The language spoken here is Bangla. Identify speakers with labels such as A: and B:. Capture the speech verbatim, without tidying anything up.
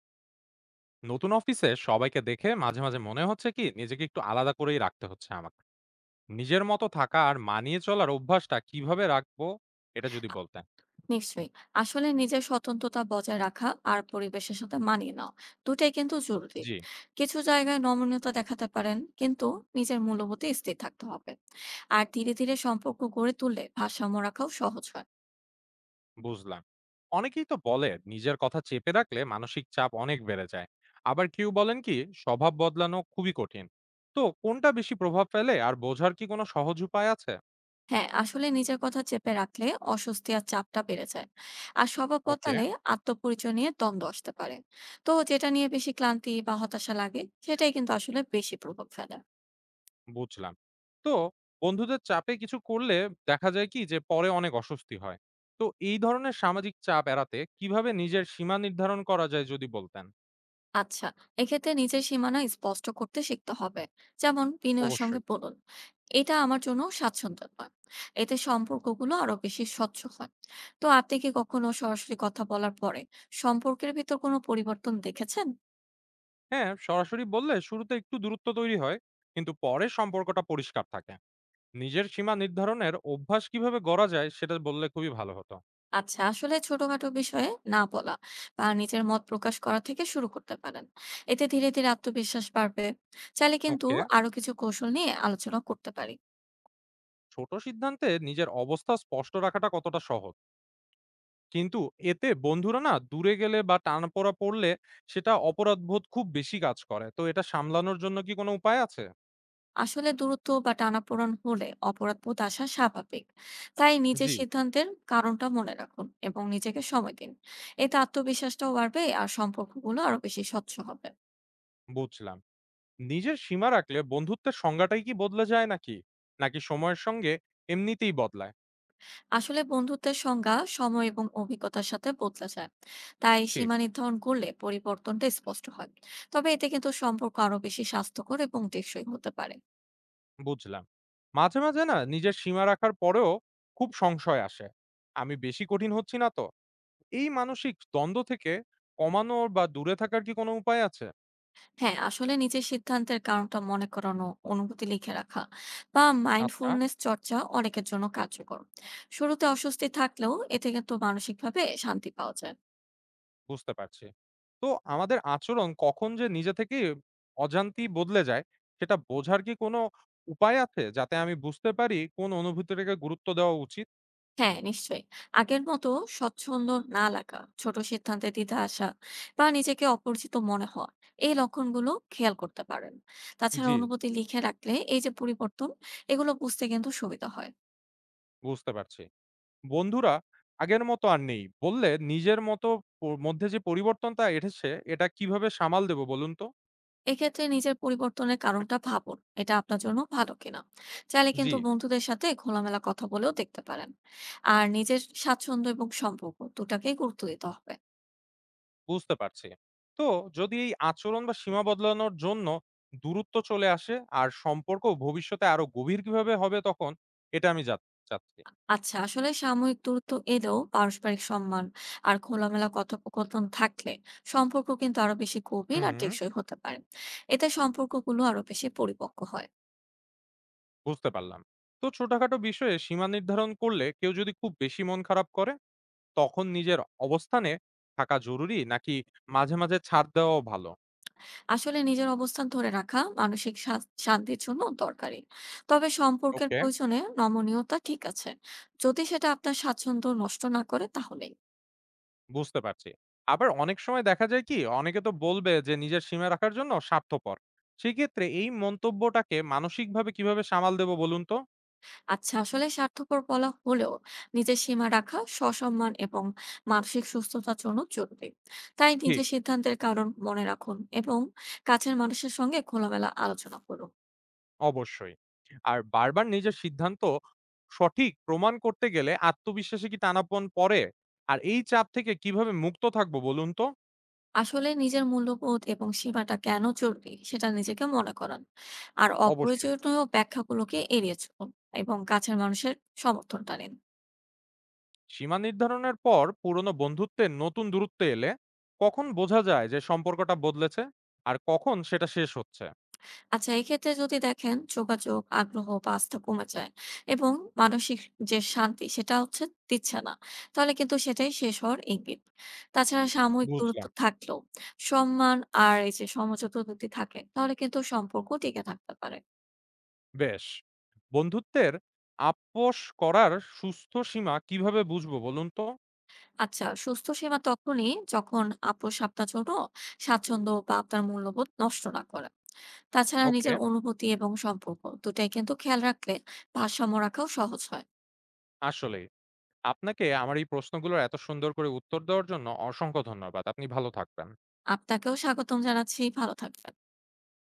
A: নতুন অফিসে সবাইকে দেখে মাঝে মাঝে মনে হচ্ছে কি নিজেকে একটু আলাদা করেই রাখতে হচ্ছে আমাকে। নিজের মতো থাকা আর মানিয়ে চলার অভ্যাসটা কিভাবে রাখবো, এটা যদি বলতেন।
B: নিশ্চয়ই। আসলে নিজের স্বতন্ত্রতা বজায় রাখা আর পরিবেশের সাথে মানিয়ে নেওয়া দুটাই কিন্তু জরুরি।
A: জি।
B: কিছু জায়গায় নমনীয়তা দেখাতে পারেন, কিন্তু নিজের মূল্যবোধে স্থির থাকতে হবে। আর ধীরে ধীরে সম্পর্ক গড়ে তুললে ভারসাম্য রাখাও সহজ হয়।
A: বুঝলাম। অনেকেই তো বলে নিজের কথা চেপে রাখলে মানসিক চাপ অনেক বেড়ে যায়, আবার কেউ বলেন কি স্বভাব বদলানো খুবই কঠিন। তো কোনটা বেশি প্রভাব ফেলে আর বোঝার কি কোনো সহজ উপায় আছে?
B: হ্যাঁ, আসলে নিজের কথা চেপে রাখলে অস্বস্তি আর চাপটা বেড়ে যায়। আর স্বভাব
A: ওকে।
B: বদলালে আত্মপরিচয় নিয়ে দ্বন্দ্ব আসতে পারে। তো যেটা নিয়ে বেশি ক্লান্তি বা হতাশা লাগে, সেটাই কিন্তু আসলে বেশি প্রভাব ফেলে।
A: বুঝলাম। তো বন্ধুদের চাপে কিছু করলে দেখা যায় কি যে পরে অনেক অস্বস্তি হয়। তো এই ধরনের সামাজিক চাপ এড়াতে কিভাবে নিজের সীমা নির্ধারণ করা যায় যদি বলতেন?
B: আচ্ছা, এক্ষেত্রে নিজের সীমানা স্পষ্ট করতে শিখতে হবে। যেমন বিনয়ের সঙ্গে
A: অবশ্যই।
B: বলুন, এটা আমার জন্য স্বাচ্ছন্দ্য নয়। এতে সম্পর্কগুলো আরো বেশি স্বচ্ছ হয়। তো আপনি কি কখনো সরাসরি কথা বলার পরে সম্পর্কের ভিতর কোনো পরিবর্তন দেখেছেন?
A: হ্যাঁ, সরাসরি বললে শুরুতে একটু দূরত্ব তৈরি হয়, কিন্তু পরে সম্পর্কটা পরিষ্কার থাকে। নিজের সীমা নির্ধারণের অভ্যাস কিভাবে গড়া যায় সেটা বললে খুবই ভালো হতো।
B: আচ্ছা, আসলে ছোটখাটো বিষয়ে না বলা বা নিজের মত প্রকাশ করা থেকে শুরু করতে পারেন। এতে ধীরে ধীরে আত্মবিশ্বাস বাড়বে। চাইলে কিন্তু
A: ওকে।
B: আরো কিছু কৌশল নিয়ে আলোচনা করতে পারি।
A: ছোট সিদ্ধান্তে নিজের অবস্থা স্পষ্ট রাখাটা কতটা সহজ? কিন্তু এতে বন্ধুরা না দূরে গেলে বা টানাপোড়া পড়লে সেটা অপরাধবোধ খুব বেশি কাজ করে। তো এটা সামলানোর জন্য কি কোনো উপায় আছে?
B: আসলে দূরত্ব বা টানাপোড়েন হলে অপরাধবোধ আসা স্বাভাবিক। তাই নিজের
A: জি।
B: সিদ্ধান্তের কারণটা মনে রাখুন এবং নিজেকে সময় দিন। এতে আত্মবিশ্বাসটাও বাড়বে আর সম্পর্কগুলো আরো বেশি স্বচ্ছ হবে।
A: বুঝলাম। নিজের সীমা রাখলে বন্ধুত্বের সংজ্ঞাটাই কি বদলে যায় নাকি, নাকি সময়ের সঙ্গে এমনিতেই বদলায়?
B: আসলে বন্ধুত্বের সংজ্ঞা সময় এবং অভিজ্ঞতার সাথে বদলা যায়। তাই
A: ঠিক।
B: সীমা নির্ধারণ করলে পরিবর্তনটা স্পষ্ট হয়। তবে এতে কিন্তু সম্পর্ক আরো বেশি স্বাস্থ্যকর এবং টেকসই হতে পারে।
A: বুঝলাম। মাঝে মাঝে না নিজের সীমা রাখার পরেও খুব সংশয় আসে, আমি বেশি কঠিন হচ্ছি না তো? এই মানসিক দ্বন্দ্ব থেকে কমানোর বা দূরে থাকার কি কোনো উপায় আছে?
B: হ্যাঁ, আসলে নিজের সিদ্ধান্তের কারণটা মনে করানো, অনুভূতি লিখে রাখা বা
A: আচ্ছা।
B: মাইন্ডফুলনেস চর্চা অনেকের জন্য কার্যকর। শুরুতে অস্বস্তি থাকলেও এতে কিন্তু মানসিকভাবে শান্তি পাওয়া যায়।
A: বুঝতে পারছি। তো আমাদের আচরণ কখন যে নিজে থেকেই অজান্তেই বদলে যায়, সেটা বোঝার কি কোনো উপায় আছে? যাতে আমি বুঝতে পারি কোন অনুভূতিটাকে গুরুত্ব দেওয়া উচিত?
B: হ্যাঁ, নিশ্চয়ই। আগের মতো স্বচ্ছন্দ না লাগা, ছোট সিদ্ধান্তে দ্বিধা আসা বা নিজেকে অপরিচিত মনে হওয়া, এই লক্ষণগুলো খেয়াল করতে পারেন। তাছাড়া
A: জি,
B: অনুভূতি লিখে রাখলে এই যে পরিবর্তন, এগুলো বুঝতে কিন্তু সুবিধা হয়।
A: বুঝতে পারছি। বন্ধুরা আগের মতো আর নেই বললে নিজের মতো প মধ্যে যে পরিবর্তনটা এসেছে, এটা কিভাবে সামাল দেব বলুন তো?
B: এক্ষেত্রে নিজের পরিবর্তনের কারণটা ভাবুন, এটা আপনার জন্য ভালো কিনা। চাইলে
A: জি,
B: কিন্তু বন্ধুদের সাথে খোলামেলা কথা বলেও দেখতে পারেন। আর নিজের স্বাচ্ছন্দ্য এবং সম্পর্ক দুটাকেই গুরুত্ব দিতে হবে।
A: বুঝতে পারছি। তো যদি এই আচরণ বা সীমা বদলানোর জন্য দূরত্ব চলে আসে আর সম্পর্ক ভবিষ্যতে আরো গভীর কিভাবে হবে তখন? এটা আমি জানতে চাচ্ছি।
B: আচ্ছা, আসলে সাময়িক দূরত্ব এলেও পারস্পরিক সম্মান আর খোলামেলা কথোপকথন থাকলে সম্পর্ক কিন্তু আরো বেশি গভীর আর
A: হুম।
B: টেকসই হতে পারে। এতে সম্পর্কগুলো আরো বেশি পরিপক্ক হয়।
A: বুঝতে পারলাম। তো ছোটখাটো বিষয়ে সীমা নির্ধারণ করলে কেউ যদি খুব বেশি মন খারাপ করে, তখন নিজের অবস্থানে থাকা জরুরি নাকি মাঝে মাঝে ছাড় দেওয়াও ভালো?
B: আসলে নিজের অবস্থান ধরে রাখা মানসিক শা- শান্তির জন্য দরকারি। তবে সম্পর্কের
A: ওকে।
B: প্রয়োজনে নমনীয়তা ঠিক আছে, যদি সেটা আপনার স্বাচ্ছন্দ্য নষ্ট না করে তাহলেই।
A: বুঝতে পারছি। আবার অনেক সময় দেখা যায় কি অনেকে তো বলবে যে নিজের সীমা রাখার জন্য স্বার্থপর। সেক্ষেত্রে এই মন্তব্যটাকে মানসিকভাবে কিভাবে সামাল দেবো বলুন তো?
B: আচ্ছা, আসলে স্বার্থপর বলা হলেও নিজের সীমা রাখা সসম্মান এবং মানসিক সুস্থতার জন্য জরুরি। তাই
A: ঠিক।
B: নিজের সিদ্ধান্তের কারণ মনে রাখুন এবং কাছের মানুষের সঙ্গে খোলামেলা আলোচনা করুন।
A: অবশ্যই। আর বারবার নিজের সিদ্ধান্ত সঠিক প্রমাণ করতে গেলে আত্মবিশ্বাসে কি টানাপোড়েন পড়ে? আর এই চাপ থেকে কিভাবে মুক্ত থাকবো বলুন তো?
B: আসলে নিজের মূল্যবোধ এবং সীমাটা কেন জরুরি সেটা নিজেকে মনে করান। আর
A: অবশ্যই।
B: অপ্রয়োজনীয় ব্যাখ্যাগুলোকে এড়িয়ে চলুন এবং কাছের মানুষের সমর্থনটা নিন।
A: সীমা নির্ধারণের পর পুরনো বন্ধুত্বের নতুন দূরত্ব এলে কখন বোঝা যায় যে সম্পর্কটা বদলেছে? আর কখন সেটা শেষ হচ্ছে?
B: আচ্ছা, এক্ষেত্রে যদি দেখেন যোগাযোগ, আগ্রহ বা আস্থা কমে যায় এবং মানসিক যে শান্তি সেটা হচ্ছে দিচ্ছে না, তাহলে কিন্তু সেটাই শেষ হওয়ার ইঙ্গিত। তাছাড়া সাময়িক দূরত্ব
A: বুঝলাম।
B: থাকলেও সম্মান আর এই যে সমঝোতা যদি থাকে, তাহলে কিন্তু সম্পর্ক টিকে থাকতে পারে।
A: বেশ। বন্ধুত্বের আপস করার সুস্থ সীমা কিভাবে বুঝবো বলুন তো?
B: আচ্ছা, সুস্থ সীমা তখনই যখন আপোষ আপনার জন্য স্বাচ্ছন্দ্য বা আপনার মূল্যবোধ নষ্ট না করে। তাছাড়া
A: ওকে।
B: নিজের অনুভূতি এবং সম্পর্ক দুটাই কিন্তু খেয়াল রাখলে ভারসাম্য রাখাও সহজ হয়।
A: আসলেই। আপনাকে আমার এই প্রশ্নগুলোর এত সুন্দর করে উত্তর দেওয়ার জন্য অসংখ্য ধন্যবাদ। আপনি ভালো থাকবেন।
B: আপনাকেও স্বাগতম জানাচ্ছি। ভালো থাকবেন।